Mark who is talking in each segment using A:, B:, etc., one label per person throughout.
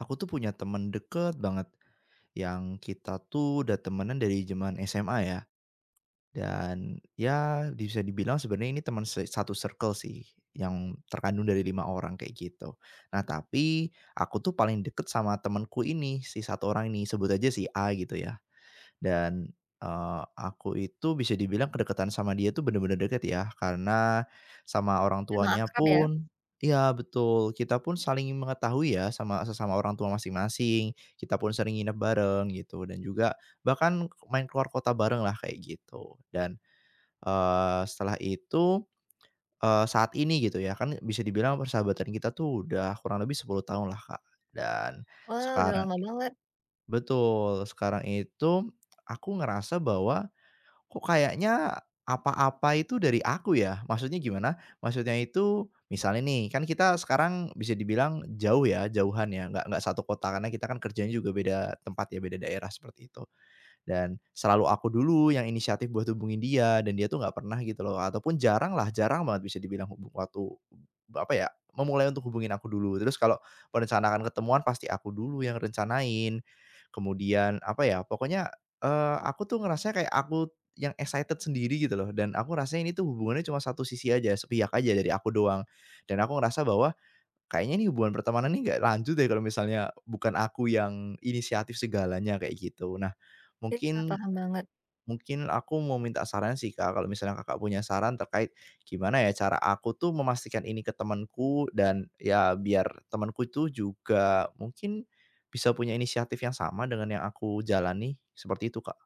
A: Aku tuh punya temen deket banget, yang kita tuh udah temenan dari zaman SMA ya, dan ya bisa dibilang sebenarnya ini teman se satu circle sih, yang terkandung dari 5 orang kayak gitu. Nah tapi, aku tuh paling deket sama temenku ini, si satu orang ini, sebut aja si A gitu ya. Dan, aku itu bisa dibilang kedekatan sama dia tuh bener-bener deket ya, karena sama orang
B: Emang
A: tuanya
B: akrab ya?
A: pun iya betul, kita pun saling mengetahui ya sama sesama orang tua masing-masing, kita pun sering nginep bareng gitu dan juga bahkan main keluar kota bareng lah kayak gitu. Dan, setelah itu, saat ini gitu ya kan bisa dibilang persahabatan kita tuh udah kurang lebih 10 tahun lah, Kak. Dan
B: Wah, udah
A: sekarang
B: lama banget.
A: betul, sekarang itu aku ngerasa bahwa kok kayaknya apa-apa itu dari aku ya? Maksudnya gimana? Maksudnya itu misalnya nih, kan kita sekarang bisa dibilang jauh ya, jauhan ya, nggak satu kota karena kita kan kerjanya juga beda tempat ya, beda daerah seperti itu. Dan selalu aku dulu yang inisiatif buat hubungin dia, dan dia tuh nggak pernah gitu loh, ataupun jarang lah, jarang banget bisa dibilang hubung waktu apa ya, memulai untuk hubungin aku dulu. Terus kalau merencanakan ketemuan pasti aku dulu yang rencanain. Kemudian apa ya, pokoknya, aku tuh ngerasanya kayak aku yang excited sendiri gitu loh, dan aku rasanya ini tuh hubungannya cuma satu sisi aja, sepihak aja dari aku doang. Dan aku ngerasa bahwa kayaknya nih hubungan pertemanan ini nggak lanjut deh kalau misalnya bukan aku yang inisiatif segalanya kayak gitu. Nah,
B: Iya,
A: mungkin
B: paham banget.
A: mungkin aku mau minta saran sih Kak, kalau misalnya Kakak punya saran terkait gimana ya cara aku tuh memastikan ini ke temanku dan ya biar temanku itu juga mungkin bisa punya inisiatif yang sama dengan yang aku jalani, seperti itu Kak.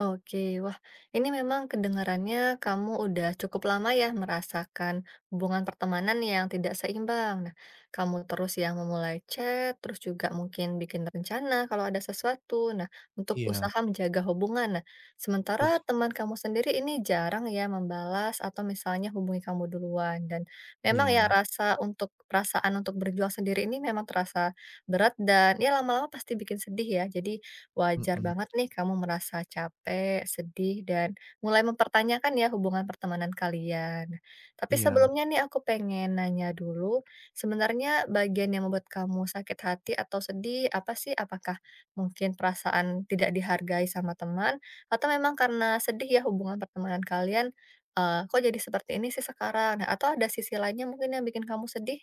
B: Oke, wah, ini memang kedengarannya kamu udah cukup lama ya merasakan hubungan pertemanan yang tidak seimbang. Nah, kamu terus yang memulai chat, terus juga mungkin bikin rencana kalau ada sesuatu. Nah, untuk
A: Iya,
B: usaha menjaga hubungan. Nah, sementara
A: betul,
B: teman kamu sendiri ini jarang ya membalas atau misalnya hubungi kamu duluan. Dan memang ya
A: iya,
B: rasa untuk perasaan untuk berjuang sendiri ini memang terasa berat dan ya lama-lama pasti bikin sedih ya. Jadi wajar
A: mhm,
B: banget nih kamu merasa capek, sedih, dan mulai mempertanyakan ya hubungan pertemanan kalian. Tapi
A: iya.
B: sebelumnya nih aku pengen nanya dulu, sebenarnya bagian yang membuat kamu sakit hati atau sedih apa sih? Apakah mungkin perasaan tidak dihargai sama teman? Atau memang karena sedih ya hubungan pertemanan kalian, eh, kok jadi seperti ini sih sekarang? Nah, atau ada sisi lainnya mungkin yang bikin kamu sedih?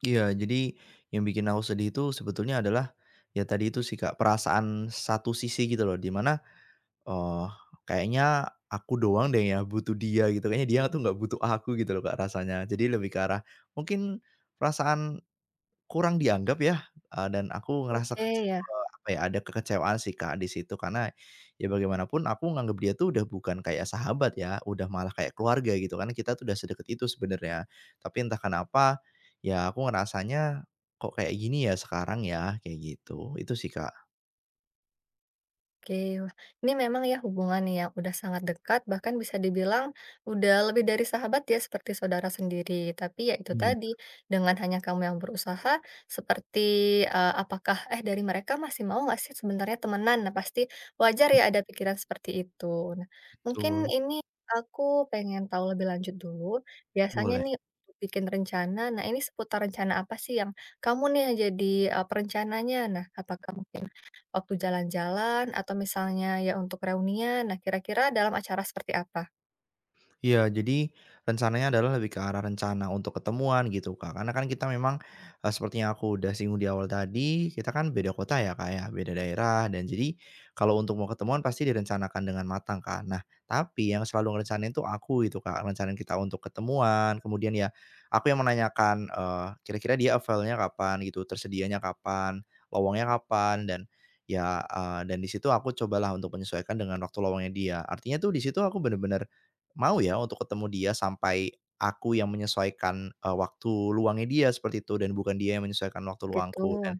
A: Iya, jadi yang bikin aku sedih itu sebetulnya adalah, ya tadi itu sih Kak, perasaan satu sisi gitu loh, di mana, eee, kayaknya aku doang deh yang butuh dia gitu, kayaknya dia tuh nggak butuh aku gitu loh Kak rasanya. Jadi lebih ke arah mungkin perasaan kurang dianggap ya, dan aku ngerasa
B: Oke ya.
A: apa ya, ada kekecewaan sih, Kak, di situ karena ya bagaimanapun aku nganggep dia tuh udah bukan kayak sahabat ya, udah malah kayak keluarga gitu, kan kita tuh udah sedekat itu sebenarnya. Tapi entah kenapa, ya aku ngerasanya, "Kok kayak gini ya sekarang ya?" Kayak gitu. Itu sih, Kak.
B: Oke, wah, ini memang ya hubungan yang udah sangat dekat, bahkan bisa dibilang udah lebih dari sahabat ya, seperti saudara sendiri. Tapi ya itu
A: Iya,
B: tadi, dengan hanya kamu yang berusaha, seperti eh, apakah eh dari mereka masih mau nggak sih sebenarnya temenan? Nah pasti wajar
A: mhm,
B: ya ada pikiran seperti itu. Nah, mungkin
A: betul.
B: ini aku pengen tahu lebih lanjut dulu. Biasanya
A: Boleh.
B: nih untuk bikin rencana, nah ini seputar rencana apa sih yang kamu nih yang jadi eh, perencananya? Nah, apakah mungkin waktu jalan-jalan atau misalnya ya untuk reunian. Nah, kira-kira dalam acara seperti apa?
A: Iya, jadi rencananya adalah lebih ke arah rencana untuk ketemuan gitu, Kak. Karena kan kita memang, seperti yang aku udah singgung di awal tadi, kita kan beda kota ya, Kak, ya, beda daerah dan jadi kalau untuk mau ketemuan pasti direncanakan dengan matang kak. Nah, tapi yang selalu ngerencanain tuh aku itu Kak, rencanain kita untuk ketemuan, kemudian ya aku yang menanyakan, kira-kira dia available kapan gitu, tersedianya kapan, lowongnya kapan, dan ya, dan di situ aku cobalah untuk menyesuaikan dengan waktu lowongnya dia. Artinya tuh di situ aku bener-bener mau ya untuk ketemu dia sampai aku yang menyesuaikan, waktu luangnya dia seperti itu dan bukan dia yang menyesuaikan waktu
B: Gitu.
A: luangku dan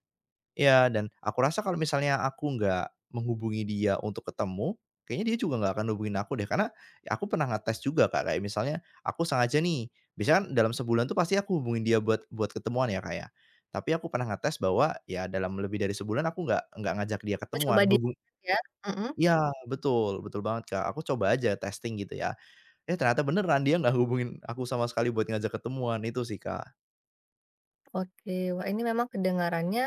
A: ya dan aku rasa kalau misalnya aku nggak menghubungi dia untuk ketemu, kayaknya dia juga nggak akan hubungin aku deh. Karena aku pernah ngetes juga, Kak, kayak misalnya aku sengaja nih, biasanya kan dalam sebulan tuh pasti aku hubungin dia buat buat ketemuan ya, kayak, tapi aku pernah ngetes bahwa ya dalam lebih dari sebulan aku nggak ngajak dia
B: Oh, coba
A: ketemuan,
B: di ya? Mhm.
A: ya betul betul banget, Kak. Aku coba aja testing gitu ya. Eh, ternyata beneran dia nggak hubungin aku sama sekali buat ngajak ketemuan, itu sih, Kak.
B: Oke, wah, ini memang kedengarannya,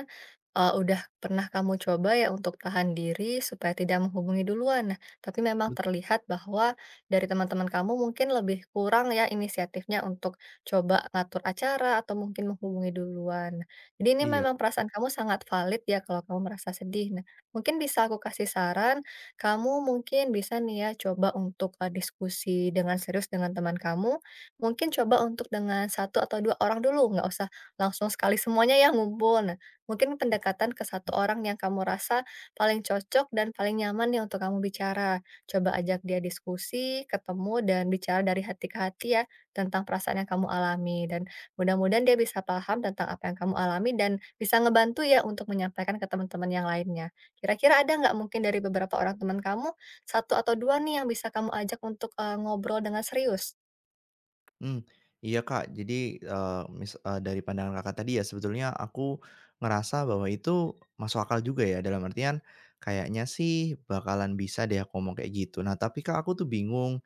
B: udah pernah kamu coba ya untuk tahan diri supaya tidak menghubungi duluan. Nah, tapi memang
A: Betul.
B: terlihat bahwa dari teman-teman kamu mungkin lebih kurang ya inisiatifnya untuk coba ngatur acara atau mungkin menghubungi duluan. Nah, jadi ini
A: Iya.
B: memang perasaan kamu sangat valid ya kalau kamu merasa sedih. Nah, mungkin bisa aku kasih saran, kamu mungkin bisa nih ya coba untuk, diskusi dengan serius dengan teman kamu, mungkin coba untuk dengan satu atau 2 orang dulu, nggak usah langsung sekali semuanya ya ngumpul. Nah, mungkin pendekatan ke satu orang yang kamu rasa paling cocok dan paling nyaman nih untuk kamu bicara. Coba ajak dia diskusi, ketemu, dan bicara dari hati ke hati ya tentang perasaan yang kamu alami. Dan mudah-mudahan dia bisa paham tentang apa yang kamu alami dan bisa ngebantu ya untuk menyampaikan ke teman-teman yang lainnya. Kira-kira ada nggak mungkin dari beberapa orang teman kamu, satu atau dua nih yang bisa kamu ajak untuk eh, ngobrol dengan serius?
A: Mmm, iya Kak, jadi, dari pandangan Kakak tadi ya sebetulnya aku ngerasa bahwa itu masuk akal juga ya, dalam artian kayaknya sih bakalan bisa deh aku ngomong kayak gitu. Nah tapi Kak aku tuh bingung,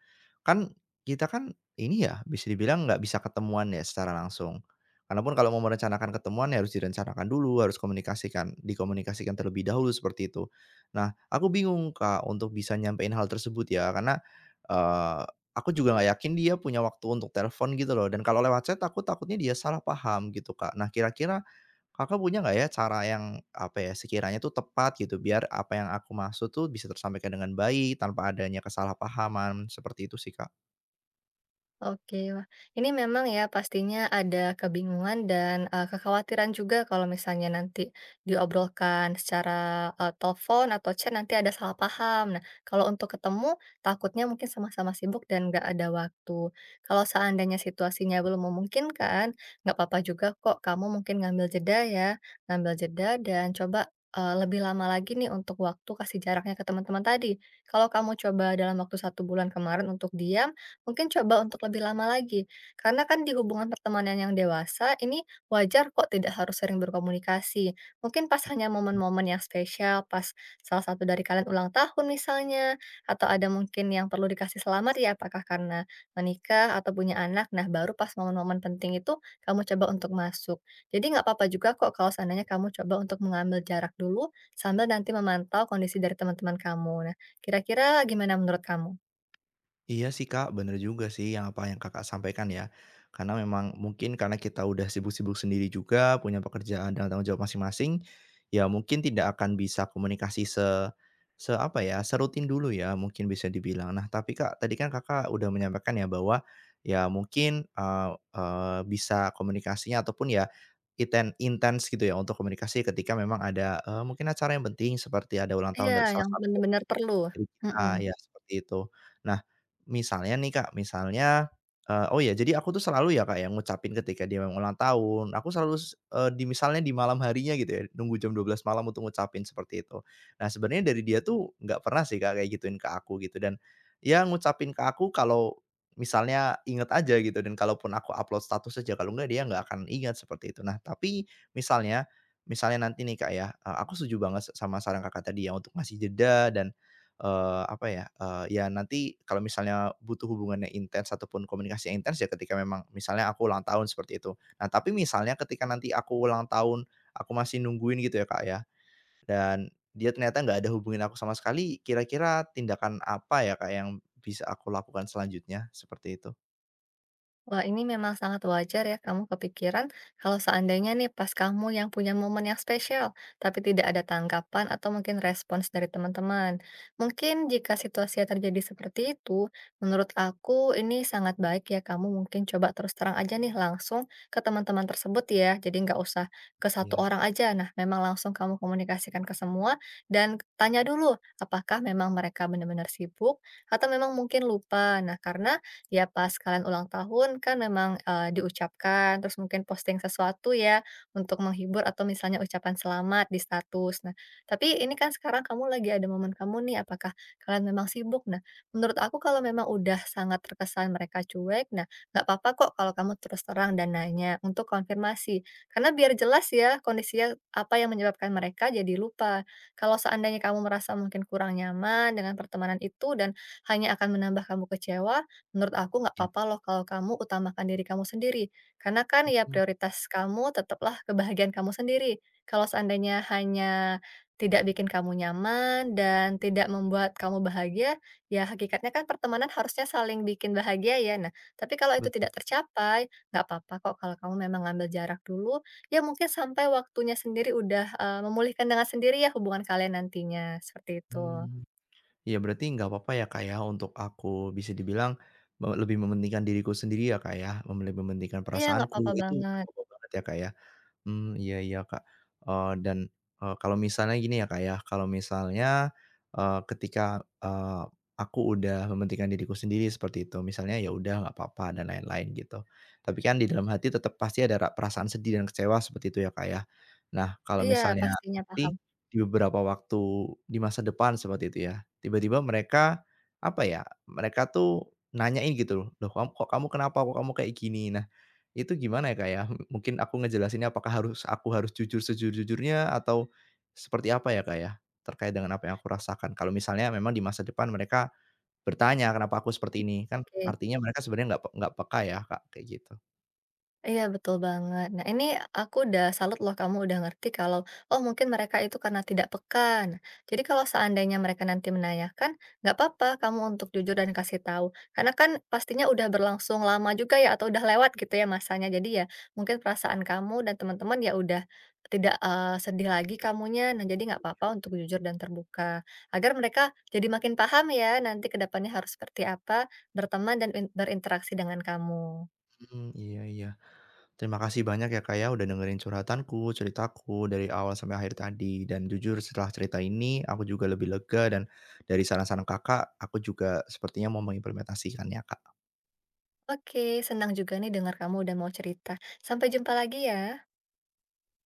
A: kan kita kan ini ya bisa dibilang nggak bisa ketemuan ya secara langsung. Karena pun kalau mau merencanakan ketemuan ya harus direncanakan dulu, harus dikomunikasikan terlebih dahulu seperti itu. Nah aku bingung Kak untuk bisa nyampein hal tersebut ya karena, aku juga nggak yakin dia punya waktu untuk telepon gitu loh dan kalau lewat chat aku takutnya dia salah paham gitu, Kak. Nah kira-kira Kakak punya nggak ya cara yang, apa ya, sekiranya tuh tepat gitu biar apa yang aku maksud tuh bisa tersampaikan dengan baik tanpa adanya kesalahpahaman, seperti itu sih, Kak.
B: Oke, wah, ini memang ya pastinya ada kebingungan dan, kekhawatiran juga kalau misalnya nanti diobrolkan secara, telepon atau chat nanti ada salah paham. Nah, kalau untuk ketemu takutnya mungkin sama-sama sibuk dan nggak ada waktu. Kalau seandainya situasinya belum memungkinkan, nggak apa-apa juga kok kamu mungkin ngambil jeda ya, ngambil jeda dan coba, lebih lama lagi nih untuk waktu kasih jaraknya ke teman-teman tadi. Kalau kamu coba dalam waktu satu bulan kemarin untuk diam, mungkin coba untuk lebih lama lagi. Karena kan di hubungan pertemanan yang dewasa ini wajar kok tidak harus sering berkomunikasi. Mungkin pas hanya momen-momen yang spesial, pas salah satu dari kalian ulang tahun misalnya, atau ada mungkin yang perlu dikasih selamat ya, apakah karena menikah atau punya anak. Nah, baru pas momen-momen penting itu kamu coba untuk masuk. Jadi nggak apa-apa juga kok kalau seandainya kamu coba untuk mengambil jarak dulu sambil nanti memantau kondisi dari teman-teman kamu. Nah, kira-kira gimana menurut kamu?
A: Iya sih Kak, bener juga sih yang apa yang Kakak sampaikan ya. Karena memang mungkin karena kita udah sibuk-sibuk sendiri juga, punya pekerjaan dan tanggung jawab masing-masing, ya mungkin tidak akan bisa komunikasi se se apa ya, serutin dulu ya mungkin bisa dibilang. Nah, tapi Kak, tadi kan Kakak udah menyampaikan ya bahwa ya mungkin, eee eee, bisa komunikasinya ataupun ya intens gitu ya untuk komunikasi ketika memang ada, mungkin acara yang penting seperti ada ulang
B: Iya,
A: tahun dari salah
B: yang
A: satu
B: bener-bener perlu,
A: dari kita,
B: mhm.
A: ya seperti itu. Nah, misalnya nih Kak, misalnya, oh ya jadi aku tuh selalu ya Kak ya ngucapin ketika dia memang ulang tahun, aku selalu di misalnya di malam harinya gitu ya, nunggu jam 12 malam untuk ngucapin seperti itu. Nah sebenarnya dari dia tuh nggak pernah sih Kak kayak gituin ke aku gitu dan, ya ngucapin ke aku kalau misalnya inget aja gitu dan kalaupun aku upload status aja, kalau nggak dia nggak akan ingat seperti itu. Nah tapi misalnya misalnya nanti nih Kak ya, aku setuju banget sama saran Kakak tadi ya untuk ngasih jeda dan Eee, apa ya, eee, ya nanti kalau misalnya butuh hubungannya intens ataupun komunikasi yang intens ya ketika memang misalnya aku ulang tahun seperti itu. Nah tapi misalnya ketika nanti aku ulang tahun, aku masih nungguin gitu ya Kak ya, dan dia ternyata nggak ada hubungin aku sama sekali, kira-kira tindakan apa ya Kak yang bisa aku lakukan selanjutnya? Seperti itu.
B: Wah, ini memang sangat wajar ya kamu kepikiran kalau seandainya nih pas kamu yang punya momen yang spesial, tapi tidak ada tanggapan atau mungkin respons dari teman-teman. Mungkin jika situasi yang terjadi seperti itu, menurut aku ini sangat baik ya kamu mungkin coba terus terang aja nih langsung ke teman-teman tersebut ya. Jadi nggak usah ke satu
A: Iya,
B: orang aja. Nah, memang langsung kamu komunikasikan ke semua dan tanya dulu apakah memang mereka benar-benar sibuk atau memang mungkin lupa. Nah, karena ya pas kalian ulang tahun kan memang, diucapkan, terus mungkin posting sesuatu ya, untuk menghibur atau misalnya ucapan selamat di status. Nah, tapi ini kan sekarang kamu lagi ada momen kamu nih, apakah kalian memang sibuk? Nah, menurut aku kalau memang udah sangat terkesan mereka cuek, nah, nggak apa-apa kok kalau kamu terus terang dan nanya untuk konfirmasi. Karena biar jelas ya kondisinya apa yang menyebabkan mereka jadi lupa. Kalau seandainya kamu merasa mungkin kurang nyaman dengan pertemanan itu dan hanya akan menambah kamu kecewa, menurut aku nggak
A: iya,
B: apa-apa loh kalau kamu utamakan diri kamu sendiri, karena kan ya
A: mhm,
B: prioritas kamu tetaplah kebahagiaan kamu sendiri. Kalau seandainya hanya tidak bikin kamu nyaman dan tidak membuat kamu bahagia, ya hakikatnya kan pertemanan harusnya saling bikin bahagia ya. Nah, tapi kalau itu tidak
A: betul.
B: tercapai, nggak apa-apa kok kalau kamu memang ngambil jarak dulu, ya mungkin sampai waktunya sendiri udah eh, memulihkan dengan sendiri ya hubungan kalian nantinya, seperti itu.
A: Mmm, ya berarti nggak apa-apa ya Kak ya untuk aku bisa dibilang lebih mementingkan diriku sendiri ya Kak ya, lebih mementingkan
B: Iya, nggak
A: perasaanku,
B: apa-apa
A: itu nggak
B: banget.
A: apa-apa banget ya Kak ya? Hmm iya iya, Kak, dan, kalau misalnya gini ya, Kak, ya, kalau misalnya, ketika, eee, aku udah mementingkan diriku sendiri seperti itu, misalnya ya udah nggak apa-apa dan lain-lain gitu. Tapi kan di dalam hati tetap pasti ada perasaan sedih dan kecewa seperti itu ya, Kak, ya. Nah, kalau
B: Iya,
A: misalnya
B: pastinya paham.
A: nanti di beberapa waktu di masa depan seperti itu ya, tiba-tiba mereka, apa ya, mereka tuh nanyain gitu loh, "Loh, kok kamu kenapa? Kok kamu kayak gini?" Nah, itu gimana ya, Kak, ya? Mungkin aku ngejelasinnya apakah aku harus jujur sejujur-jujurnya atau seperti apa ya, Kak, ya? Terkait dengan apa yang aku rasakan. Kalau misalnya memang di masa depan mereka bertanya, "Kenapa aku seperti ini?" Kan
B: Oke.
A: artinya mereka sebenarnya nggak nggak peka ya, Kak, kayak gitu.
B: Iya betul banget. Nah ini aku udah salut loh kamu udah ngerti kalau, oh mungkin mereka itu karena tidak peka. Nah, jadi kalau seandainya mereka nanti menanyakan, nggak apa-apa kamu untuk jujur dan kasih tahu. Karena kan pastinya udah berlangsung lama juga ya atau udah lewat gitu ya masanya. Jadi ya mungkin perasaan kamu dan teman-teman ya udah tidak eh, sedih lagi kamunya. Nah jadi nggak apa-apa untuk jujur dan terbuka. Agar mereka jadi makin paham ya nanti kedepannya harus seperti apa berteman dan berinteraksi dengan kamu.
A: Mmm, iya iya. Terima kasih banyak ya, Kak, ya, udah dengerin curhatanku, ceritaku dari awal sampai akhir tadi. Dan jujur setelah cerita ini aku juga lebih lega dan dari saran-saran Kakak, aku juga sepertinya mau mengimplementasikannya, Kak.
B: Oke, senang juga nih dengar kamu udah mau cerita. Sampai jumpa lagi ya.